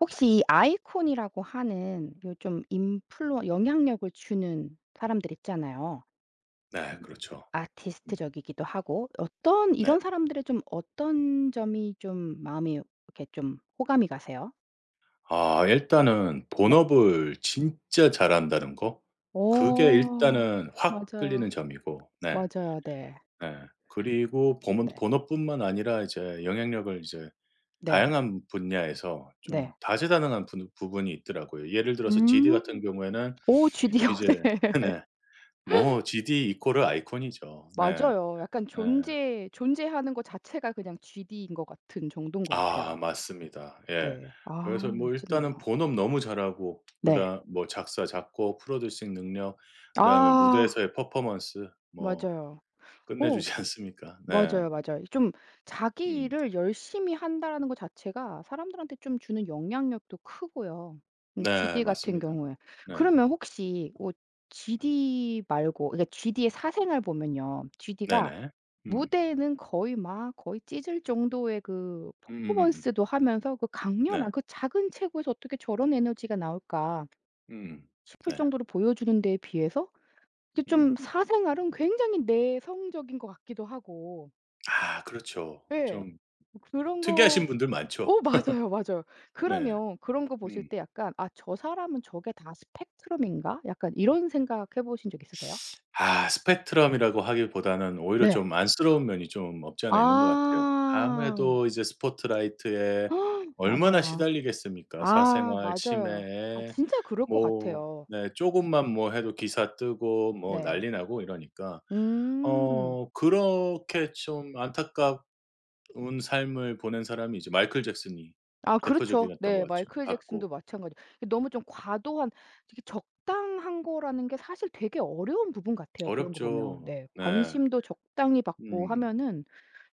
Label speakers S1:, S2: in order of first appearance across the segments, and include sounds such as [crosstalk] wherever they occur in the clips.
S1: 혹시 이 아이콘이라고 하는 요즘 인플루 영향력을 주는 사람들 있잖아요.
S2: 네.
S1: 음.
S2: 그렇죠. 음.
S1: 아티스트적이기도 하고 어떤
S2: 네.
S1: 이런 사람들의 좀 어떤 점이 좀 마음이 이렇게 좀 호감이 가세요?
S2: 아 일단은
S1: 네.
S2: 본업을 진짜 잘한다는 거. 그게
S1: 어.
S2: 일단은 확 끌리는
S1: 맞아요.
S2: 점이고 네.
S1: 맞아요. 네.
S2: 네. 그리고 범
S1: 네.
S2: 본업뿐만 아니라 이제 영향력을 이제
S1: 네.
S2: 다양한 분야에서 좀
S1: 네.
S2: 다재다능한 부분이 있더라고요. 예를 들어서 GD 같은
S1: 음.
S2: 경우에는
S1: 오 GD요.
S2: 이제 [laughs]
S1: 네. [laughs]
S2: 네. 뭐 GD 이코르 은 아이콘이죠. 네.
S1: 맞아요. 약간
S2: 네.
S1: 존재하는 것 자체가 그냥 GD인 것 같은 정도인 것 같아요.
S2: 아 맞습니다. 예.
S1: 네. 아
S2: 그래서 뭐 일단은
S1: 멋진데요.
S2: 본업 너무 잘하고
S1: 네.
S2: 그다음 뭐 작사, 작곡, 프로듀싱 능력, 그다음에
S1: 아
S2: 무대에서의 퍼포먼스 뭐
S1: 맞아요. 오
S2: 끝내주지 [laughs] 않습니까? 네.
S1: 맞아요, 맞아요. 좀 자기
S2: 음.
S1: 일을 열심히 한다라는 것 자체가 사람들한테 좀 주는 영향력도 크고요.
S2: 네
S1: GD 같은
S2: 맞습니다.
S1: 경우에.
S2: 네.
S1: 그러면 혹시 어 GD 말고 그러니까 GD의 사생활 보면요. GD가
S2: 네네. 음.
S1: 무대에는 거의 찢을 정도의 그
S2: 음음음음.
S1: 퍼포먼스도 하면서 그
S2: 네.
S1: 강렬한 그 작은 체구에서 어떻게 저런 에너지가 나올까
S2: 음음.
S1: 싶을
S2: 네.
S1: 정도로 보여주는 데에 비해서 이게
S2: 음.
S1: 좀 사생활은 굉장히 내성적인 것 같기도 하고
S2: 아 그렇죠.
S1: 예.
S2: 좀
S1: 뭐 그런
S2: 특이하신
S1: 거
S2: 분들 많죠.
S1: 어 맞아요, 맞아요.
S2: 네.
S1: 그러면 그런 거 보실
S2: 음.
S1: 때 약간 '아 저 사람은 저게 다 스펙트럼인가?' 약간 이런 생각해 보신 적 있으세요?
S2: 아 스펙트럼이라고 하기보다는 오히려
S1: 네.
S2: 좀 안쓰러운 면이 좀 없지 않아 있는 것 같아요.
S1: 아.
S2: 아무래도 이제 스포트라이트에
S1: [gasps]
S2: 얼마나
S1: 맞아요.
S2: 시달리겠습니까.
S1: 아
S2: 사생활
S1: 맞아요. 아
S2: 침해에
S1: 진짜 그럴 것
S2: 뭐,
S1: 같아요.
S2: 네 쪼금만 뭐 해도 기사 뜨고 뭐
S1: 네.
S2: 난리 나고 이러니까
S1: 음.
S2: 어 그렇게 좀 안타까운 삶을 보낸 사람이 이제 마이클 잭슨이
S1: 아 그렇죠.
S2: 대표적이었던 것
S1: 네.
S2: 같죠.
S1: 마이클 잭슨도
S2: 같고.
S1: 마찬가지. 너무 좀 과도한 되게 적당한 거라는 게 사실 되게 어려운 부분 같아요 그런 거 보면.
S2: 어렵죠.
S1: 네.
S2: 네.
S1: 관심도 적당히 받고
S2: 음.
S1: 하면은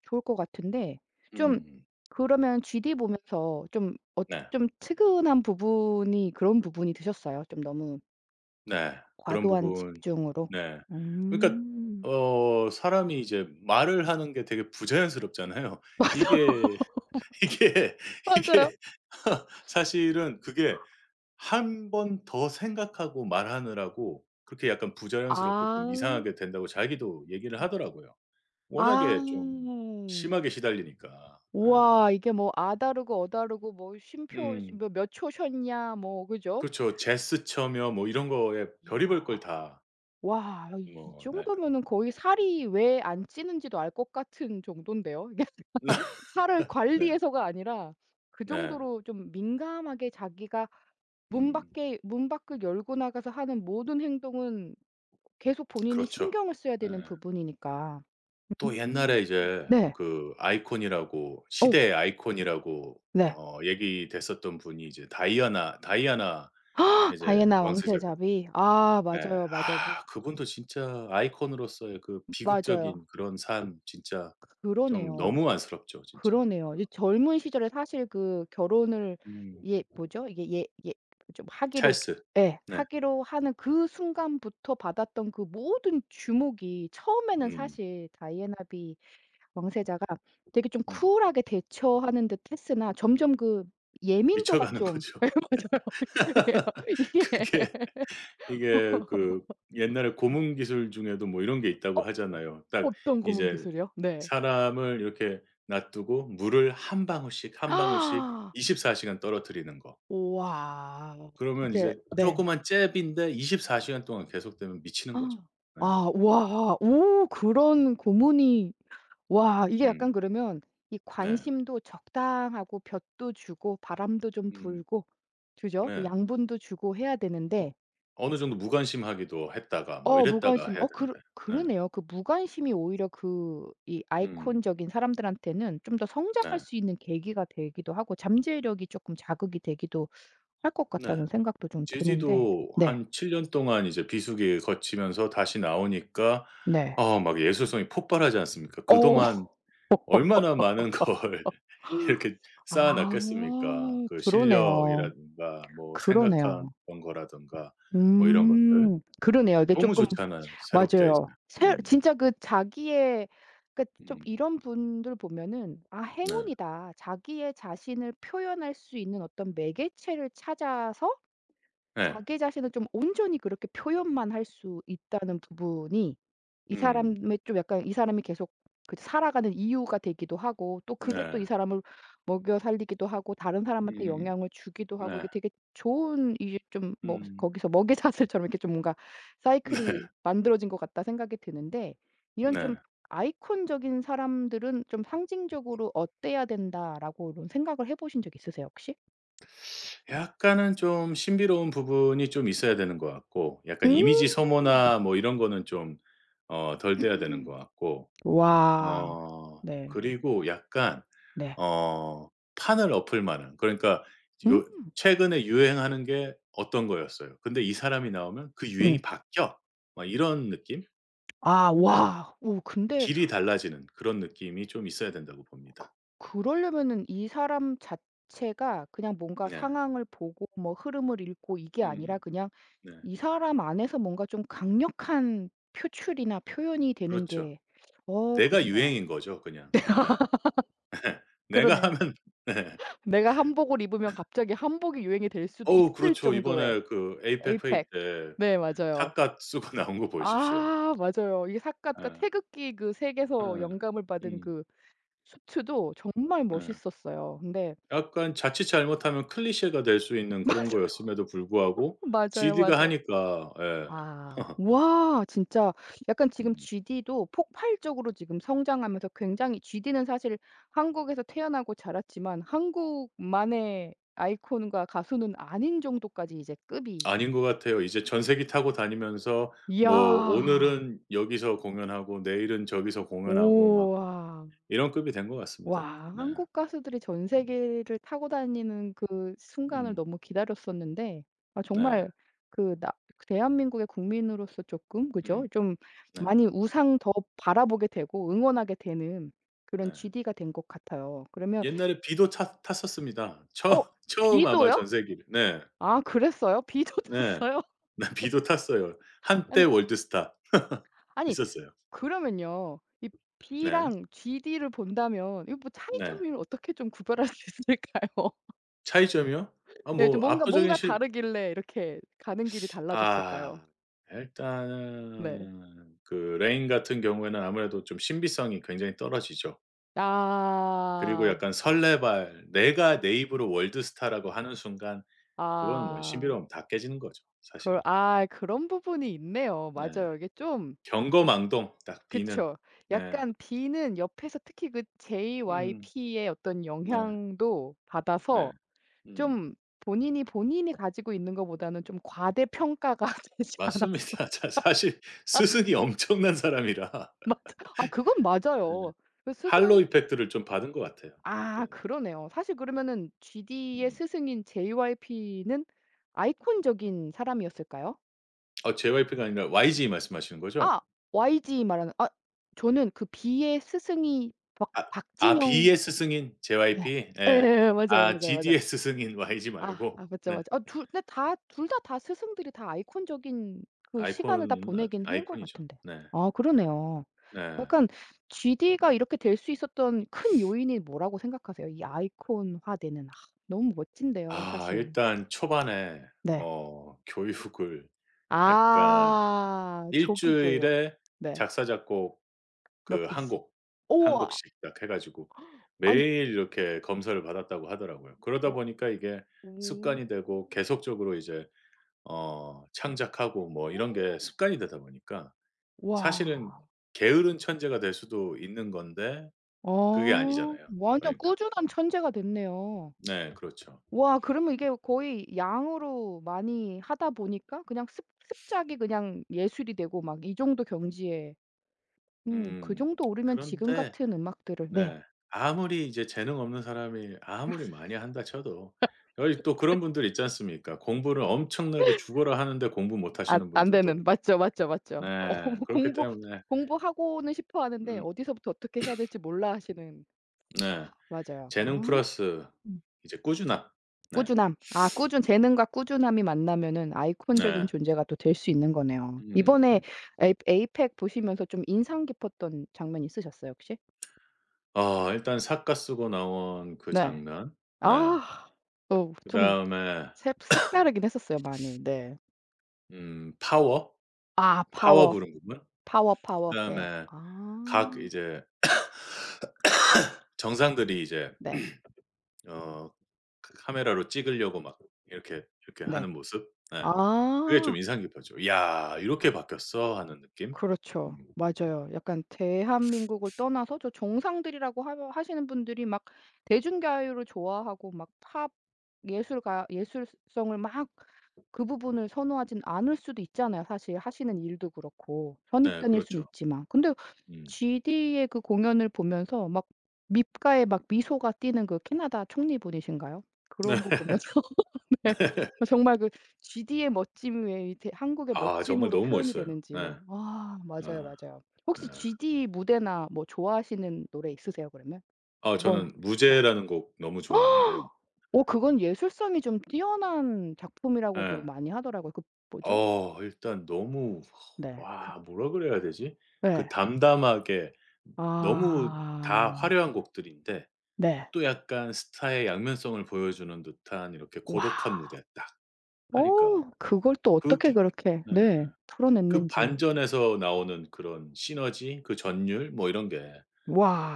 S1: 좋을 것 같은데 좀
S2: 음.
S1: 그러면 GD 보면서 좀 어
S2: 네.
S1: 좀 측은한 부분이 그런 부분이 드셨어요? 좀 너무
S2: 네. 그런
S1: 과도한
S2: 부분.
S1: 집중으로?
S2: 네. 그러니까
S1: 음.
S2: 어 사람이 이제 말을 하는 게 되게 부자연스럽잖아요.
S1: [laughs]
S2: 이게, [laughs] 이게,
S1: 맞아요. 맞아요.
S2: 이게 사실은 그게 한번 더 생각하고 말하느라고 그렇게 약간 부자연스럽고
S1: 아.
S2: 좀 이상하게 된다고 자기도 얘기를 하더라고요.
S1: 아.
S2: 워낙에 좀 심하게 시달리니까. 예.
S1: 우와 이게 뭐 "아" 다르고 "어" 다르고 뭐 쉼표
S2: 음.
S1: 뭐 "몇 초 쉬었냐." 뭐 그죠?
S2: 그렇죠. 제스처며 뭐 이런 거에
S1: 이야.
S2: 별의별 걸 다.
S1: 와 이
S2: 뭐 네.
S1: 정도면은 거의 살이 왜 안 찌는지도 알 것 같은 정도인데요 이게 [laughs] 살을
S2: [laughs] 네.
S1: 관리해서가 아니라 그
S2: 네.
S1: 정도로 좀 민감하게 자기가 문
S2: 음.
S1: 밖에 문 밖을 열고 나가서 하는 모든 행동은 계속 본인이
S2: 그렇죠.
S1: 신경을 써야
S2: 예.
S1: 되는 부분이니까.
S2: 또
S1: 음.
S2: 옛날에 이제
S1: 네.
S2: 그 아이콘이라고,
S1: 어
S2: 시대의 아이콘이라고
S1: 네.
S2: 어 얘기됐었던 분이 이제 다이아나
S1: [gasps]
S2: 이제
S1: 다이애나
S2: 왕세자비.
S1: 왕세자비. 아
S2: 예.
S1: 맞아요, 맞아요. 뭐
S2: 아 그분도 진짜 아이콘으로서의 그
S1: 맞아요.
S2: 비극적인 그런 삶 진짜 좀
S1: 그러네요.
S2: 너무 안쓰럽죠 진짜.
S1: 그러네요. 이 젊은 시절에 사실 그 결혼을
S2: 음.
S1: 예 뭐죠? 이게 예 예 좀 하기로
S2: 찰스.
S1: 예
S2: 네.
S1: 하기로 하는 그 순간부터 받았던 그 모든 주목이 처음에는
S2: 음.
S1: 사실 다이애나 비 왕세자가 되게 좀
S2: 음.
S1: 쿨하게 대처하는 듯 했으나 점점 그 예민도가
S2: 미쳐가는 [laughs]
S1: 좀
S2: 거죠.
S1: [laughs] 예 맞아요. [laughs] 예 이게
S2: 그게 이게 그 옛날에 고문 기술 중에도 뭐 이런 게 있다고
S1: 어
S2: 하잖아요. 딱
S1: 어떤 고문
S2: 이제
S1: 기술이요? 네.
S2: 사람을 이렇게 놔두고 물을 한 방울씩, 한 방울씩
S1: [gasps]
S2: 24 시간 떨어뜨리는 거.
S1: 우와.
S2: 그러면
S1: 그게
S2: 이제
S1: 네.
S2: 조그만 잽인데 24 시간 동안 계속되면 미치는 거죠.
S1: 아
S2: 네.
S1: 아 와 오 그런 고문이 와 이게
S2: 음.
S1: 약간 그러면 이
S2: 네.
S1: 관심도 적당하고 볕도 주고 바람도 좀
S2: 음.
S1: 불고 그죠? 좀
S2: 네.
S1: 양분도 주고 해야
S2: 어
S1: 되는데
S2: 어느 정도 무관심하기도 했다가 뭐
S1: 어
S2: 이랬다가
S1: 무관심
S2: 해야
S1: 어 그러
S2: 되는데. 네.
S1: 그러네요. 그 무관심이 오히려 그 이
S2: 음.
S1: 아이콘적인 사람들한테는 좀 더 성장할
S2: 네.
S1: 수 있는 계기가 되기도 하고 잠재력이 쪼끔 자극이 되기도 할 것
S2: 네.
S1: 같다는 생각도 좀 드는데
S2: 제주도
S1: 네.
S2: 한 7년 동안 이제 비수기 거치면서 다시 나오니까
S1: 네.
S2: 어 막 예술성이 폭발하지 않습니까?
S1: 어.
S2: 그동안 얼마나 많은 걸 [laughs] 이렇게 쌓아
S1: 아
S2: 놨겠습니까. 그
S1: 그러네요.
S2: 실력이라든가 뭐 생각한
S1: 그러네요.
S2: 거라든가 뭐 이런 것들.
S1: 음. 그러네요. 이게
S2: 너무
S1: 쪼끔
S2: 좋잖아요, 새롭게 이제.
S1: 맞아요. 새
S2: 음.
S1: 진짜 그 자기의 그러니까 좀
S2: 음.
S1: 이런 분들 보면은 '아
S2: 네.
S1: 행운이다.' 자기의 자신을 표현할 수 있는 어떤 매개체를 찾아서
S2: 네.
S1: 자기 자신을 좀 온전히 그렇게 표현만 할 수 있다는 부분이 이
S2: 음.
S1: 사람의 좀 약간 이 사람이 계속 그 살아가는 이유가 되기도 하고 또 그게 또
S2: 네.
S1: 이 사람을 먹여 살리기도 하고 다른 사람한테
S2: 음.
S1: 영향을 주기도 하고
S2: 네.
S1: 이게 되게 좋은 이게 좀 뭐
S2: 음.
S1: 거기서 먹이사슬처럼 이렇게 좀 뭔가
S2: 네.
S1: 사이클이 만들어진 것 같다 생각이 드는데 이런 좀
S2: 네.
S1: 아이콘적인 사람들은 좀 상징적으로 어때야 된다라고 이런 생각을 해 보신 적 있으세요 혹시?
S2: 약간은 좀 신비로운 부분이 좀 있어야 되는 것 같고, 약간 이미지
S1: 음.
S2: 소모나 뭐 이런 거는 좀 어 덜 돼야 되는 것 같고
S1: [clears throat] 와.
S2: 어
S1: 네.
S2: 그리고 약간
S1: 네.
S2: 어 판을 엎을 만한, 그러니까 요
S1: 음.
S2: 최근에 유행하는 게 어떤 거였어요. 근데 이 사람이 나오면 그 유행이
S1: 음.
S2: 바뀌어. 막 이런 느낌?
S1: 아
S2: 네.
S1: 와. 오 근데
S2: 길이 달라지는 그런 느낌이 좀 있어야 된다고
S1: 그
S2: 봅니다.
S1: 그러려면은 이 사람 자체가 그냥 뭔가
S2: 네.
S1: 상황을 보고 뭐 흐름을 읽고 이게
S2: 음.
S1: 아니라 그냥
S2: 네.
S1: 이 사람 안에서 뭔가 좀 강력한 표출이나 표현이 되는
S2: 그렇죠.
S1: 게 어
S2: 내가
S1: 그러네요.
S2: 유행인 거죠 그냥. 예. 내가
S1: 그러네요.
S2: 하면 [laughs] 네.
S1: 내가 한복을 입으면 갑자기 한복이 유행이 될 수도
S2: 어우
S1: 있을
S2: 그렇죠.
S1: 정도의
S2: 이번에 그 APEC 회의
S1: 에이펙.
S2: 때
S1: 네 맞아요.
S2: 탁가 쓰고 [laughs] 나온 거 보십시오.
S1: 아 맞아요. 이게 사까 그러니까
S2: 예.
S1: 태극기 그 색에서
S2: 예.
S1: 영감을 받은
S2: 음.
S1: 그 수트도 정말
S2: 네.
S1: 멋있었어요. 근데
S2: 약간 자칫 잘못하면 클리셰가 될 수
S1: [laughs]
S2: 있는 그런
S1: 맞아요.
S2: 거였음에도 불구하고
S1: 맞아요,
S2: GD가
S1: 맞아요.
S2: 하니까 예.
S1: 아
S2: [laughs]
S1: 와 진짜 약간 지금
S2: 음.
S1: GD도 폭발적으로 지금 성장하면서 굉장히 GD는 사실 한국에서 태어나고 자랐지만 한국만의 아이콘과 가수는 아닌 정도까지 이제 급이.
S2: 아닌 것 같아요. 이제 전세기 타고 다니면서
S1: 이야.
S2: 뭐 오늘은 여기서 공연하고 내일은 저기서
S1: 오
S2: 공연하고 막
S1: 와
S2: 이런 급이 된 것
S1: 와
S2: 같습니다. 네.
S1: 한국 가수들이 전
S2: 음.
S1: 세계를 타고 다니는 그 순간을
S2: 음.
S1: 너무 기다렸었는데 아
S2: 네.
S1: 정말 그나 그 대한민국의 국민으로서 조금 그죠?
S2: 음.
S1: 좀
S2: 네.
S1: 많이 우상 더 바라보게 되고 응원하게 되는
S2: 네.
S1: 그런 GD가 된 것 같아요. 그러면
S2: 옛날에 비도 탔 탔었습니다.
S1: 어
S2: 처 [laughs] 처음 아마
S1: B도요?
S2: 전세기를. 네.
S1: 아 그랬어요? B도 [laughs]
S2: 네.
S1: 탔어요?
S2: 네 비도 탔어요. 한때
S1: 아니
S2: 월드스타. [laughs]
S1: 아니
S2: 있었어요.
S1: 그러면요. 이
S2: 네.
S1: B랑 GD를 본다면 이뭐
S2: 네.
S1: 차이점을 어떻게 좀 구별할 수 있을까요?
S2: 차이점이요? 아
S1: 예 좀
S2: 뭐
S1: 뭔가
S2: 압도적인
S1: 뭔가
S2: 실.
S1: 다르길래 이렇게 가는 길이 달라졌을까요?
S2: 아
S1: 네.
S2: 일단은 그 레인 같은 경우에는 아무래도 좀 신비성이 굉장히 떨어지죠. 그리고
S1: 아.
S2: 약간 설레발, 내가 내 입으로 월드스타라고 하는 순간 그거는 뭐
S1: 아.
S2: 신비로움 다 깨지는 거죠
S1: 그
S2: 사실은.
S1: 아 그런 부분이 있네요.
S2: 네.
S1: 맞아요. 이게 좀
S2: 경거망동, 딱 비는.
S1: 그쵸.
S2: 네.
S1: 약간 B는 옆에서 특히 그
S2: 음.
S1: JYP의 어떤
S2: 네.
S1: 영향도
S2: 네.
S1: 받아서
S2: 음.
S1: 좀 본인이 가지고 있는 것보다는 좀 과대평가가 [laughs] 되지 않았어
S2: 맞습니다. [laughs] 자 사실
S1: [laughs]
S2: 스승이 엄청난 사람이라
S1: 맞아. 아 그건
S2: 네.
S1: 맞아요. 그
S2: 할로
S1: 스승
S2: 이펙트를 좀 받은 것 같아요.
S1: 아
S2: 그러니까
S1: 그러네요. 사실 그러면은 GD의
S2: 음.
S1: 스승인 JYP는 아이콘적인 사람이었을까요?
S2: 아 JYP가 아니라 YG 말씀하시는 거죠?
S1: 아 YG 말하는 아 저는 그 B의 스승이 박
S2: 아 아
S1: 박진영
S2: BS 승인
S1: 네,
S2: JYP.
S1: 예
S2: 예.
S1: 예예. 맞아요,
S2: 아
S1: 맞아요, 맞아요.
S2: GDS 승인 YG
S1: 아
S2: 말고.
S1: 아 맞죠,
S2: 네.
S1: 맞죠. 아 둘 근데 다 둘 다 스승들이 다 아이콘적인 그 시간을 다
S2: 아이콘은 아
S1: 보내긴 한 것
S2: 아이콘이죠.
S1: 같은데.
S2: 네.
S1: 아 그러네요.
S2: 네.
S1: 약간 GD가 이렇게 될 수 있었던 큰 요인이 뭐라고 생각하세요? 이 아이콘화되는 아 너무 멋진데요
S2: 아
S1: 사실.
S2: 일단 초반에
S1: 네.
S2: 어 교육을 약간
S1: 아
S2: 일
S1: 조기 교육.
S2: 주일에
S1: 네.
S2: 작사 작곡
S1: 몇
S2: 그 한
S1: 개씩.
S2: 곡, 한
S1: 우와.
S2: 곡씩 딱 해 가지고
S1: 아니
S2: 매일 이렇게 검사를 받았다고 하더라고요.
S1: 어
S2: 그러다 보니까 이게
S1: 오.
S2: 습관이 되고 계속적으로 이제 어 창작하고 뭐 이런 게 습관이 되다 보니까 사실은
S1: 와.
S2: 게으른 천재가 될 수도 있는 건데 그게
S1: 어.
S2: 아니잖아요.
S1: 완전
S2: 그러니까.
S1: 꾸준한 천재가 됐네요.
S2: 네 그렇죠.
S1: 와 그러면 이게 거의 양으로 많이 하다 보니까 그냥 습 습작이 그냥 예술이 되고 막 이 정도 경지에 그
S2: 음.
S1: 정도 오르면 지금
S2: 그런데
S1: 같은 음악들을 네.
S2: 네 아무리 이제 재능 없는 사람이 아무리 많이 한다 쳐도 여기 또 그런 분들 있지 않습니까? 공부를 엄청나게 죽어라 하는데 공부 못 하시는
S1: 안
S2: 분들도.
S1: 되는. 맞죠, 맞죠, 맞죠. 어머
S2: 네 그렇기
S1: 공부
S2: 때문에
S1: 공부하고는 싶어 하는데
S2: 음
S1: 어디서부터 어떻게 해야 될지 몰라 하시는
S2: 네
S1: 맞아요. 아.
S2: 재능 플러스
S1: 음.
S2: 이제 꾸준함. 네.
S1: 꾸준함. 아 꾸준 재능과 꾸준함이 만나면은 아이콘적인
S2: 네.
S1: 존재가 또 될 수 있는 거네요. 이번에
S2: 음음음.
S1: 에이 에이펙 보시면서 좀 인상 깊었던 장면 있으셨어요, 혹시?
S2: 어 일단 삿가 쓰고 나온 그
S1: 네.
S2: 장면. 네.
S1: 아. 어 좀
S2: 그다음에
S1: 색 색다르긴 했었어요, 많이. 네.
S2: 파워,
S1: 아
S2: 파워
S1: 파워.
S2: 부른 부분.
S1: 파워, 파워. 네.
S2: 그다음에
S1: 아.
S2: 각 이제 정상들이 이제
S1: 네.
S2: 어 그 카메라로 찍으려고 막 이렇게, 이렇게
S1: 네.
S2: 하는 모습. 네. 그게 좀
S1: 아.
S2: 인상 깊었죠. '야 이렇게 바뀌었어.' 하는 느낌.
S1: 그렇죠.
S2: 음.
S1: 맞아요. 약간 대한민국을 떠나서 저 정상들이라고 하 하시는 분들이 막 대중가요를 좋아하고 막 팝 예술가 예술성을 막 그 부분을 선호하진 않을 수도 있잖아요. 사실 하시는 일도 그렇고
S2: 네
S1: 선입견일 수는
S2: 그렇죠.
S1: 있지만. 근데
S2: 음.
S1: GD의 그 공연을 보면서 막 밉가에 막 미소가 띠는 그 캐나다 총리분이신가요?
S2: [laughs] 네.
S1: 그런 거 보면서 네
S2: 네.
S1: 어 정말 그 GD의 멋짐 왜 이 대 한국의
S2: 아 정말
S1: 멋짐으로
S2: 너무
S1: 표현이
S2: 멋있어요. 네.
S1: 되는지. 아 맞아요,
S2: 아
S1: 맞아요.
S2: 네.
S1: 혹시 GD 무대나 뭐 좋아하시는 노래 있으세요 그러면?
S2: 아
S1: 이번
S2: 저는
S1: 네.
S2: 무제라는 곡 너무 좋아하는데요.
S1: [gasps] 어 그건 예술성이 좀 뛰어난 작품이라고도
S2: 예.
S1: 많이 하더라고요. 그 뭐죠?
S2: 어 일단 너무,
S1: 네. 그
S2: 와 뭐라 그래야 되지? 그
S1: 네.
S2: 담담하게, 너무 다
S1: 아.
S2: 화려한 곡들인데
S1: 네.
S2: 또 약간 스타의 양면성을 보여주는 듯한 이렇게
S1: 와.
S2: 고독한 무대 딱 하니까,
S1: 어 그걸 또
S2: 그
S1: 어떻게
S2: 기.
S1: 그렇게
S2: 네.
S1: 네
S2: 그
S1: 풀어냈는지.
S2: 반전에서 나오는 그런 시너지, 그 전율 뭐 이런 게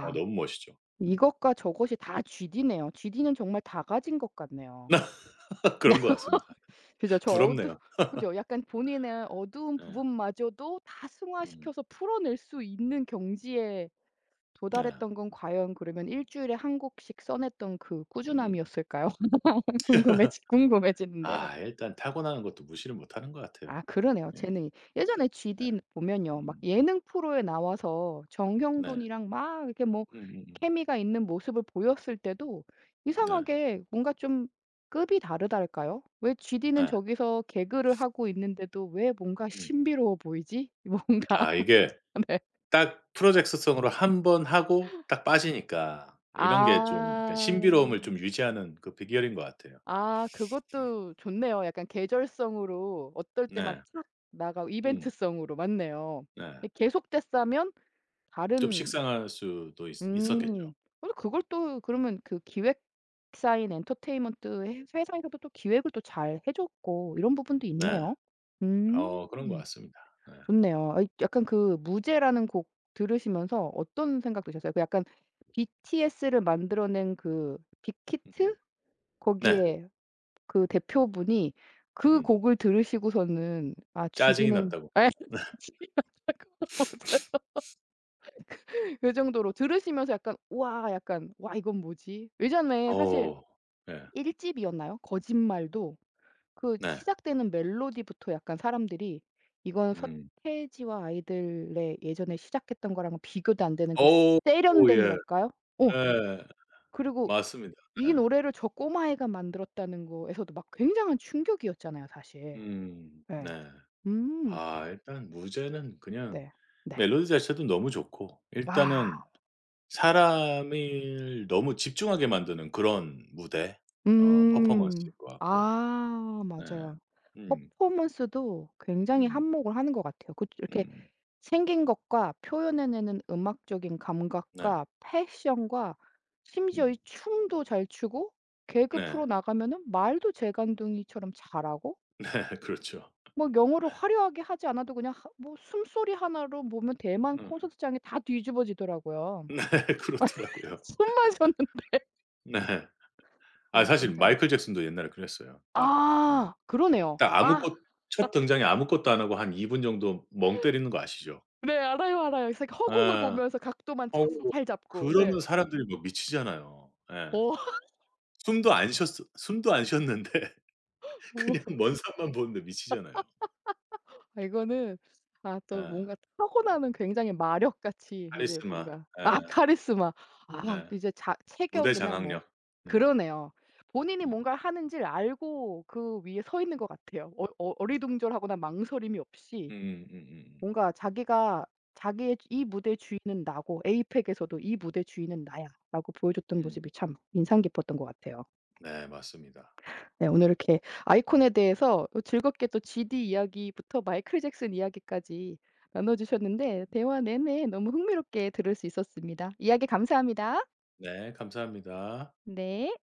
S2: 어 너무 멋있죠. 음.
S1: 이것과 저것이 다 GD네요. GD는 정말 다 가진 것 같네요.
S2: [laughs] 그런 것 같습니다.
S1: [laughs] 그죠. 저 어두
S2: 부럽네요.
S1: 그죠. 약간 본인의 어두운
S2: 네.
S1: 부분마저도 다
S2: 음.
S1: 승화시켜서 풀어낼 수 있는 경지에
S2: 네.
S1: 도달했던 건 과연 그러면 일 주일에 한 곡씩 써냈던 그
S2: 음. 음.
S1: 꾸준함이었을까요? [laughs] 궁금해지는데요.
S2: 아 일단 타고나는 것도 무시를 못하는 것 같아요.
S1: 아 그러네요.
S2: 예.
S1: 재능이. 예전에
S2: 네.
S1: GD 보면요. 막
S2: 음.
S1: 예능 프로에 나와서
S2: 네.
S1: 정형돈이랑 막 이렇게 뭐
S2: 음음음.
S1: 케미가 있는 모습을 보였을 때도
S2: 네.
S1: 이상하게 뭔가 좀 급이 다르달까요? '왜 GD는
S2: 예.
S1: 저기서 개그를 하고 있는데도 왜 뭔가
S2: 음.
S1: 신비로워 보이지?' 뭔가
S2: 아 이게
S1: [laughs] 네.
S2: 딱 프로젝트성으로 한번 하고 딱 빠지니까 이런 게 좀 약간
S1: 아.
S2: 신비로움을 좀 유지하는 그 비결인 것 같아요.
S1: 아 그것도 좋네요. 약간 계절성으로 어떨 때만
S2: 네.
S1: 착 나가고
S2: 음.
S1: 이벤트성으로 맞네요.
S2: 네.
S1: 예 계속 됐다면
S2: 좀
S1: 다른
S2: 식상할 수도 있 있었겠죠.
S1: 음. 근데 그걸 또 그러면 그 기획사인 엔터테인먼트 회 회사에서도 또 기획을 또 잘 해 줬고 이런 부분도
S2: 네.
S1: 있네요. 음.
S2: 어 그런 것 같습니다. 네.
S1: 좋네요. 아이 약간 그 무제라는 곡 들으시면서 어떤 생각 드셨어요? 그 약간 BTS를 만들어낸 그
S2: 음.
S1: 빅히트?
S2: 네.
S1: 거기에 그 대표분이 그
S2: 음.
S1: 곡을 들으시고서는 '아
S2: 짜증이
S1: GD는'
S2: 났다고.
S1: [laughs] 그 정도로 들으시면서 약간 '우와.' 약간 '와 이건 뭐지?' 예전에
S2: 오
S1: 사실
S2: 어. 예.
S1: 1 집이었나요? 거짓말도 그
S2: 네.
S1: 시작되는 멜로디부터 약간 사람들이 이건
S2: 음.
S1: 서태지와 아이들의 예전에 시작했던 거랑은 비교도 안 되는 그
S2: 어 예.
S1: 세련됨이랄까요? 어
S2: 예.
S1: 그리고
S2: 맞습니다.
S1: 이
S2: 예.
S1: 노래를 저 꼬마애가 만들었다는 거에서도 막 굉장한 충격이었잖아요 사실.
S2: 음. 네.
S1: 예. 음.
S2: 아 일단 무죄는 그냥
S1: 네. 네.
S2: 멜로디 자체도 너무 좋고 일단은
S1: 아.
S2: 사람을 너무 집중하게 만드는 그런 무대 어
S1: 음.
S2: 퍼포먼스인 것 같고.
S1: 아
S2: 네.
S1: 맞아요.
S2: 음.
S1: 퍼포먼스도 굉장히
S2: 음.
S1: 한몫을 하는 것 같아요. 그 이렇게
S2: 음.
S1: 생긴 것과 표현해내는 음악적인
S2: 네.
S1: 감각과 패션과 심지어
S2: 음.
S1: 이 춤도 잘 추고
S2: 네.
S1: 개그
S2: 네.
S1: 프로 나가면은 말도 재간둥이처럼 잘하고
S2: [laughs] 그렇죠.
S1: 뭐 영어를 화려하게 하지 않아도 그냥 하 뭐 숨소리 하나로 보면 대만
S2: 음.
S1: 콘서트장이 다 뒤집어지더라고요.
S2: 네. 그렇더라고요.
S1: 숨만 쉬었는데
S2: 네. 아
S1: 아
S2: 사실
S1: 굉장히
S2: 마이클 잭슨도 옛날에 그랬어요. 딱 어
S1: 아 그러네요.
S2: 딱
S1: 아
S2: 아무것 첫 등장에 아무것도 안 하고 한 2분 정도 멍 때리는 거 아시죠?
S1: 네 알아요, 알아요. 이 허공을
S2: 예.
S1: 보면서 각도만 차
S2: 어우
S1: 잘 잡고.
S2: 그러면
S1: 네.
S2: 사람들이 막 미치잖아요. 예.
S1: 어.
S2: 숨도 안 쉬었는데 [laughs]
S1: 오.
S2: 그냥 먼 산만 보는데 미치잖아요.
S1: 아 이거는 아 또
S2: 예.
S1: 뭔가 타고나는 굉장히 마력같이 이제
S2: 카리스마.
S1: 뭔가
S2: 예.
S1: 아 카리스마. 아
S2: 네.
S1: 이제 자
S2: 무대
S1: 체격이나 뭐
S2: 장악력. 음.
S1: 그러네요. 본인이
S2: 음.
S1: 뭔가를 하는지를 알고 그 위에 서 있는 것 같아요. 어 어 어리둥절하거나 망설임이 없이
S2: 음.
S1: 뭔가 자기가 자기의 "이 무대의 주인은 나고 에이펙에서도 이 무대의 주인은 나야."라고
S2: 음,
S1: 보여줬던
S2: 음.
S1: 모습이 참 인상 깊었던 것 같아요.
S2: 네 맞습니다.
S1: 네 오늘 이렇게 아이콘에 대해서 어 즐겁게 또 GD 이야기부터 마이클 잭슨 이야기까지 나눠 주셨는데 대화 내내 너무 흥미롭게 들을 수 있었습니다. 이야기 감사합니다.
S2: 네 감사합니다.
S1: 네.